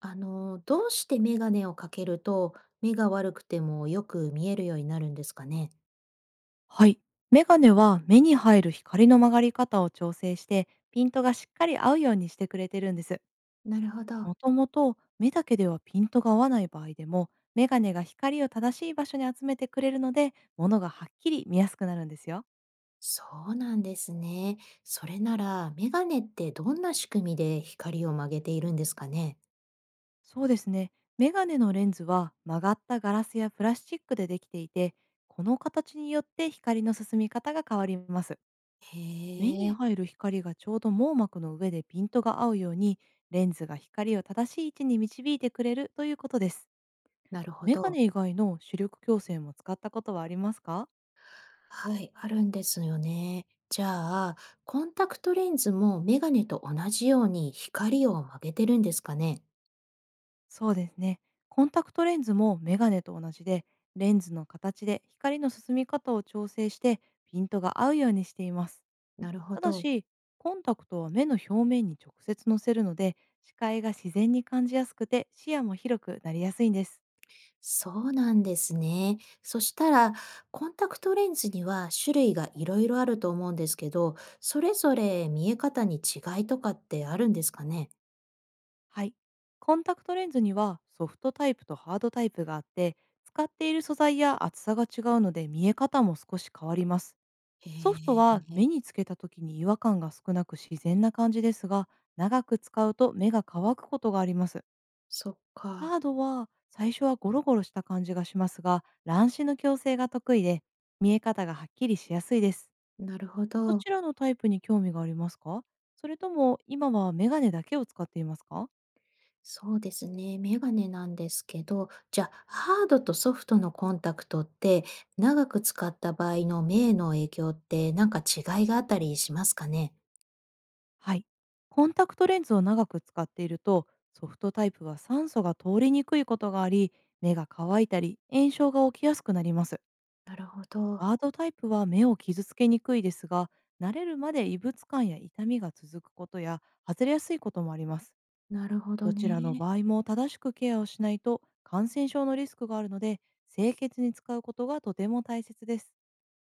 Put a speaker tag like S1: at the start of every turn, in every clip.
S1: どうしてメガネをかけると、目が悪くてもよく見えるようになるんですかね。
S2: はい。メガネは目に入る光の曲がり方を調整して、ピントがしっかり合うようにしてくれてるんです。
S1: なるほど。
S2: もともと目だけではピントが合わない場合でも、メガネが光を正しい場所に集めてくれるので、物がはっきり見やすくなるんですよ。
S1: そうなんですね。それなら、メガネってどんな仕組みで光を曲げているんですかね。
S2: そうですね。メガネのレンズは曲がったガラスやプラスチックでできていて、この形によって光の進み方が変わります。
S1: へ
S2: 目に
S1: え。
S2: 入る光がちょうど網膜の上でピントが合うように、レンズが光を正しい位置に導いてくれるということです。
S1: なるほ
S2: メガ
S1: ど。
S2: ネ以外の視力矯正も使ったことはありますか？
S1: はい、あるんですよね。じゃあ、コンタクトレンズもメガネと同じように光を曲げてるんですかね。
S2: そうですね。コンタクトレンズもメガネと同じで、レンズの形で光の進み方を調整してピントが合うようにしています。
S1: なるほ
S2: ただ
S1: ど。
S2: し、コンタクトは目の表面に直接乗せるので、視界が自然に感じやすくて視野も広くなりやすいんです。
S1: そうなんですね。そしたら、コンタクトレンズには種類がいろいろあると思うんですけど、それぞれ見え方に違いとかってあるんですかね？
S2: はい。コンタクトレンズにはソフトタイプとハードタイプがあって、使っている素材や厚さが違うので見え方も少し変わります。
S1: へ
S2: ソフトは
S1: え。
S2: 目につけた時に違和感が少なく自然な感じですが、長く使うと目が乾くことがあります。
S1: そっ
S2: ハー
S1: か。
S2: ドは最初はゴロゴロした感じがしますが、乱視の矯正が得意で、見え方がはっきりしやすいです。
S1: なるほ
S2: ど
S1: ど。
S2: ちらのタイプに興味がありますか？それとも今はメガネだけを使っていますか？
S1: そうですね、メガネなんですけど、じゃ、あハードとソフトのコンタクトって、長く使った場合の目への影響って、なんか違いがあったりしますかね？
S2: はい。コンタクトレンズを長く使っていると、ソフトタイプは酸素が通りにくいことがあり、目が乾いたり炎症が起きやすくなります。
S1: なるほど。
S2: ハードタイプは目を傷つけにくいですが、慣れるまで異物感や痛みが続くことや、外れやすいこともあります。
S1: なるほど
S2: どちらの
S1: ね。
S2: 場合も正しくケアをしないと感染症のリスクがあるので、清潔に使うことがとても大切です。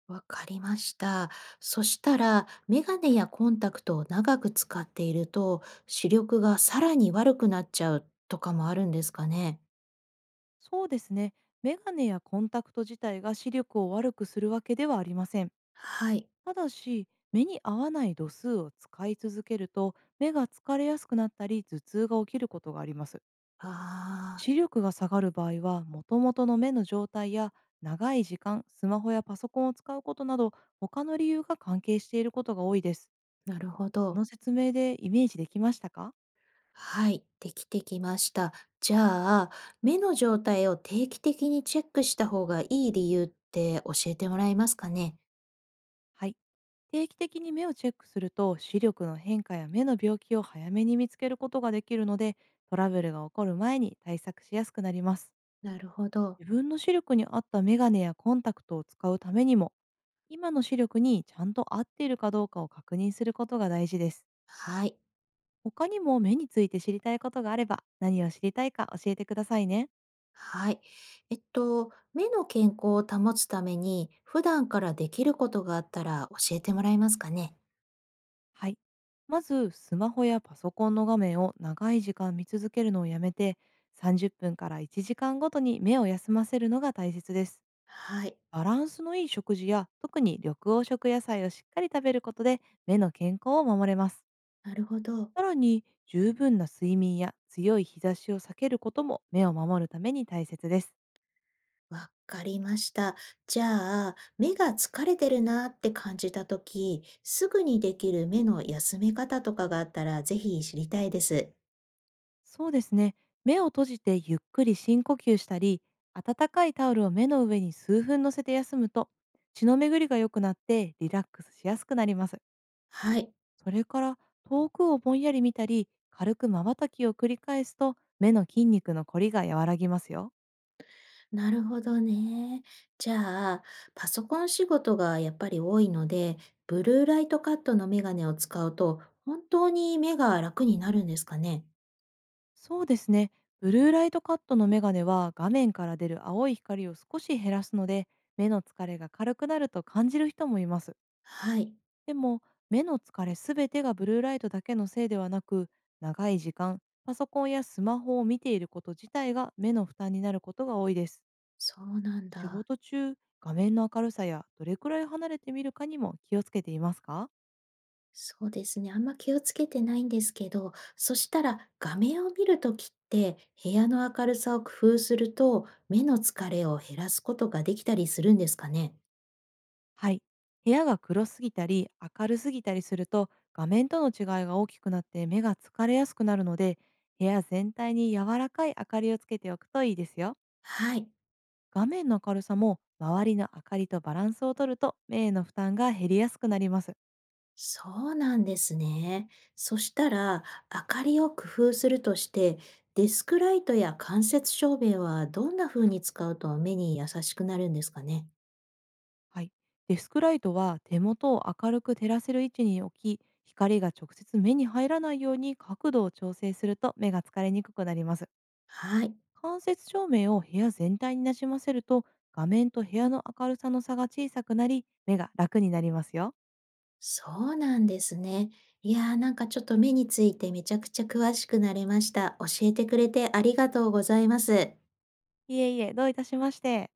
S1: わかりました。そしたら、メガネやコンタクトを長く使っていると、視力がさらに悪くなっちゃうとかもあるんですかね。
S2: そうですね。メガネやコンタクト自体が視力を悪くするわけではありません。
S1: はい。
S2: ただし、目に合わない度数を使い続けると、目が疲れやすくなったり、頭痛が起きることがあります。
S1: ああ、
S2: 視力が下がる場合は、もともとの目の状態や、長い時間、スマホやパソコンを使うことなど、他の理由が関係していることが多いです。
S1: なるほ
S2: こ
S1: ど。
S2: の説明でイメージできましたか？
S1: はい、できてきました。じゃあ、目の状態を定期的にチェックした方がいい理由って教えてもらえますかね。
S2: はい。定期的に目をチェックすると、視力の変化や目の病気を早めに見つけることができるので、トラブルが起こる前に対策しやすくなります。
S1: なるほど。
S2: 自分の視力に合ったメガネやコンタクトを使うためにも、今の視力にちゃんと合っているかどうかを確認することが大事です。
S1: はい。
S2: 他にも目について知りたいことがあれば、何を知りたいか教えてくださいね。
S1: はい。目の健康を保つために、普段からできることがあったら教えてもらえますかね。
S2: はい。まず、スマホやパソコンの画面を長い時間見続けるのをやめて、30分から1時間ごとに目を休ませるのが大切です。
S1: はい。
S2: バランスのいい食事や、特に緑黄色野菜をしっかり食べることで、目の健康を守れます。
S1: なるほど。
S2: さらに、十分な睡眠や強い日差しを避けることも目を守るために大切です。
S1: わかりました。じゃあ、目が疲れてるなって感じたとき、すぐにできる目の休め方とかがあったら、ぜひ知りたいです。
S2: そうですね。目を閉じてゆっくり深呼吸したり、温かいタオルを目の上に数分乗せて休むと、血の巡りが良くなってリラックスしやすくなります。
S1: はい。
S2: それから、遠くをぼんやり見たり、軽く瞬きを繰り返すと、目の筋肉のこりが和らぎますよ。
S1: なるほどね。じゃあ、パソコン仕事がやっぱり多いので、ブルーライトカットのメガネを使うと、本当に目が楽になるんですかね？
S2: そうですね。ブルーライトカットのメガネは画面から出る青い光を少し減らすので、目の疲れが軽くなると感じる人もいます。
S1: はい。
S2: でも、目の疲れすべてがブルーライトだけのせいではなく、長い時間パソコンやスマホを見ていること自体が目の負担になることが多いです。
S1: そうなん
S2: 仕
S1: だ。
S2: 事中、画面の明るさやどれくらい離れてみるかにも気をつけていますか？
S1: そうですね、あんま気をつけてないんですけど、そしたら画面を見るときって、部屋の明るさを工夫すると、目の疲れを減らすことができたりするんですかね？
S2: はい。部屋が黒すぎたり明るすぎたりすると、画面との違いが大きくなって目が疲れやすくなるので、部屋全体に柔らかい明かりをつけておくといいですよ。
S1: はい。
S2: 画面の明るさも周りの明かりとバランスをとると、目への負担が減りやすくなります。
S1: そうなんですね。そしたら、明かりを工夫するとして、デスクライトや間接照明はどんな風に使うと目に優しくなるんですかね。
S2: はい。デスクライトは手元を明るく照らせる位置に置き、光が直接目に入らないように角度を調整すると目が疲れにくくなります。
S1: はい。
S2: 間接照明を部屋全体になじませると、画面と部屋の明るさの差が小さくなり目が楽になりますよ。
S1: そうなんですね。いやーなんかちょっと目についてめちゃくちゃ詳しくなれました。教えてくれてありがとうございます。
S2: いえいえ、どういたしまして。